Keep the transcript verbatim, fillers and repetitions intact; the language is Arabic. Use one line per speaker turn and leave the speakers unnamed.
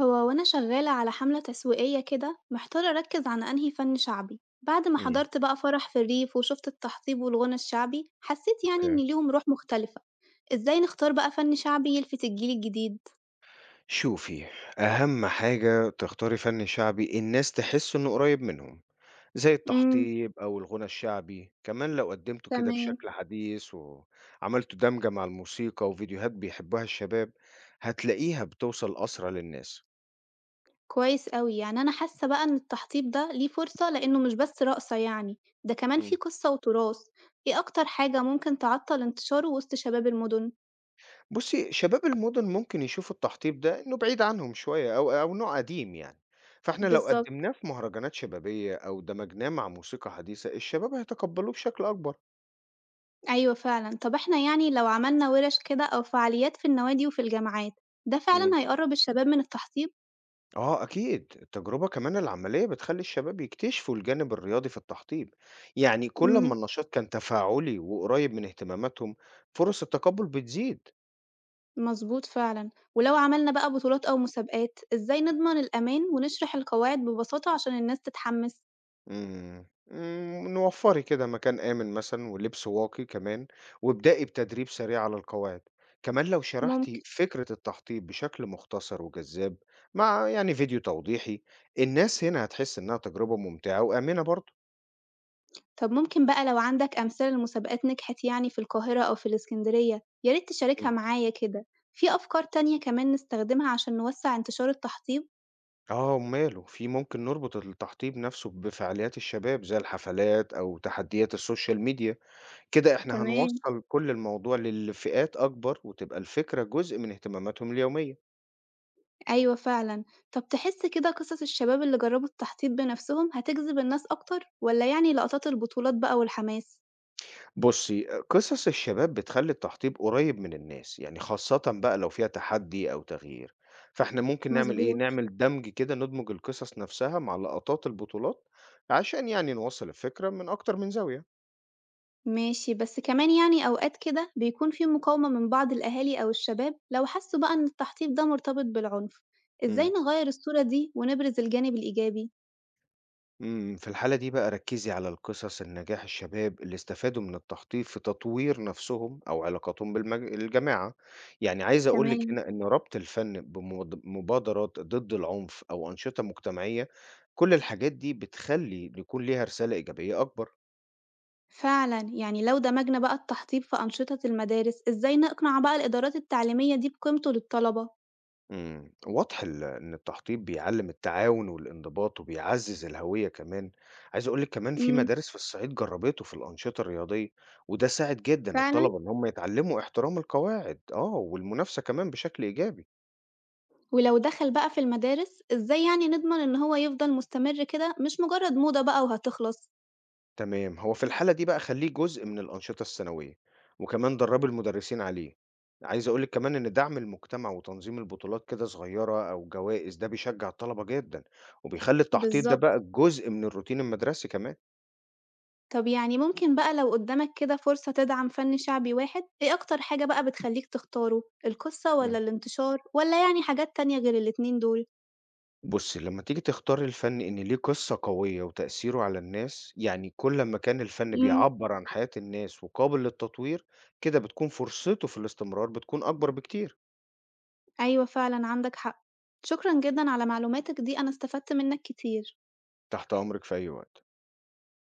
هو وأنا شغالة على حملة تسويقية كده محتارة أركز على أنهي فن شعبي بعد ما
إمم،
حضرت بقى فرح في الريف وشفت التحطيب والغنى الشعبي حسيت يعني إن
أوكي.
ليهم روح مختلفة. إزاي نختار بقى فن شعبي يلفت الجيل الجديد؟
شوفي، أهم حاجة تختاري فن شعبي الناس تحس إنه قريب منهم، زي
امم
التحطيب أو الغنى الشعبي. كمان لو قدمته كده
تمام.
بشكل حديث وعملتوا دمجة مع الموسيقى وفيديوهات بيحبها الشباب، هتلاقيها بتوصل أسرع للناس.
كويس أوي يعني أنا حاسة بقى إن التحطيب ده ليه فرصة لأنه مش بس رقصة يعني ده كمان فيه
إمم.
قصة وتراث. إيه أكتر حاجة ممكن تعطل انتشاره وسط شباب المدن؟
بُصّي، شباب المُدن ممكن يشوفوا التحطيب ده إنه بعيد عنهم شوية أو أو نوع قديم يعني، فإحنا لو
بالظبط،
قدمناه في مهرجانات شبابية أو دمجناه مع موسيقى حديثة، الشباب هيتقبلوه بشكل أكبر.
أيوه فعلًا، طب إحنا يعني لو عملنا وِرَش كده أو فعاليات في النوادي وفي الجامعات، ده
إمم.
فعلًا هيقرّب الشباب من التحصيل؟
آه أكيد، التجربة كمان العملية بتخلّي الشباب يكتشفوا الجانب الرياضي في التحضير، يعني كل ما
إمم،
النشاط كان تفاعلي وقريب من اهتماماتهم فرص التقبُّل بتزيد،
مضبوط فعلًا، ولو عملنا بقى بطولات أو مسابقات، إزاي نضمن الأمان ونشرح القواعد ببساطة عشان الناس تتحمس؟
إمم، إمم، نوفّري كده مكان آمن مثلًا ولبس واقي كمان، وابدئي بتدريب سريع على القواعد، كمان لو شرحتِ
ممكن.
فكرة التحضير بشكل مختصر وجذاب مع يعني فيديو توضيحي، الناس هنا هتحس إنها تجربة ممتعة وآمنة برضه.
طب ممكن بقى لو عندك أمثلة لمسابقات نجحت يعني في القاهرة أو في الإسكندرية، يا ريت تشاركها معايا كده، في أفكار تانية كمان نستخدمها عشان نوسّع انتشار التحطيب؟
آه، أُمّال، وفي ممكن نربط التحطيب نَفْسه بفعاليات الشباب زي الحفلات أو تحديات السوشيال ميديا، كده إحنا
تمام.
هنوصّل كل الموضوع للفئات أكبر وتبقى الفكرة جزء من اهتماماتهم اليومية.
أيوه فعلًا. طَب تحس كده قصص الشباب اللي جرّبوا التحطيط بنفسهم هتجذب الناس أكتر والّا يعني لقطات البطولات بقى والحماس؟
بُصّي، أ قصص الشباب بتخلّي التحطيب قريّب من الناس، يعني خاصةً بقى لو فيها تحدي أو تغيير، فإحنا ممكن نعمل إيه،
مضبوط.
نعمل دمج كده ندمج القصص نَفْسها مع لقطات البطولات عشان يعني نوصّل الفكرة من أكتر من زاوية.
ماشي، بس كمان يعني أوقات كده بيكون في مقاومة من بعض الأهالي أو الشباب لو حسّوا بقى إن التحطيط ده مرتبط بالعنف، إزاي
إمم.
نغيّر الصورة دي ونبرز الجانب الإيجابي؟
إمم، في الحالة دي بقى ركّزي على القصص النجاح الشباب اللي استفادوا من التخطيط في تطوير نفسهم أو علاقاتهم بالمج الجماعة، يعني عايز أقول لِك
تمام.
هنا إن ربط الفن بمض مبادرات ضد العنف أو أنشطة مجتمعية، كل الحاجات دي بتخلّي يكون ليها رسالة إيجابية أكبر.
فعلًا، يعني لو دمجنا بقى التحطيط في أنشطة المدارس، إزاي نقنع بقى الإدارات التعليمية دي بقيمته للطلبة؟
إمم، واضح ال إن التخطيط بيعلّم التعاون والانضباط وبيعزّز الهوية كمان، عايز أقول لِك كمان في
إمم،
مدارس في الصعيد جرّبته في الأنشطة الرياضية، وده ساعد جدًا
فعلًا؟
الطلبة إن هم يتعلّموا احترام القواعد آه، والمنافسة كمان بشكل إيجابي.
ولو دخل بقى في المدارس، إزاي يعني نضمن إن هو يفضل مستمر كده مش مجرد موضة بقى وهتخلص؟
تمام، هو في الحالة دي بقى خلّيه جزء من الأنشطة السنوية، وكمان درّبي المدرسين عليه. عايز أقول لِك كمان إن دعم المجتمع وتنظيم البطولات كده صغيّرة أو جوائز ده بيشجّع الطلبة جدًا، وبيخلّي التخطيط ده
بالظبط.
بقى جزء من الروتين المدرسي كمان.
طب يعني ممكن بقى لو قدامك كده فرصة تدعم فن شعبي واحد، إيه أكتر حاجة بقى بتخليك تختاره؟ القصة ولا
إمم.
الانتشار ولا يعني حاجات تانية غير الاتنين دول؟
بُصّي، لمّا تيجي تختاري الفن إن ليه قصة قوية وتأثيره على الناس، يعني كل أمّا كان الفن
مم.
بيعبّر عن حياة الناس وقابل للتطوير، كده بتكون فرصته في الاستمرار بتكون أكبر بكتير.
أيوة فعلًا عندك حق، شكرًا جدًا على معلوماتك دي أنا استفدت منك كتير.
تحت أمرِك في أي وقت.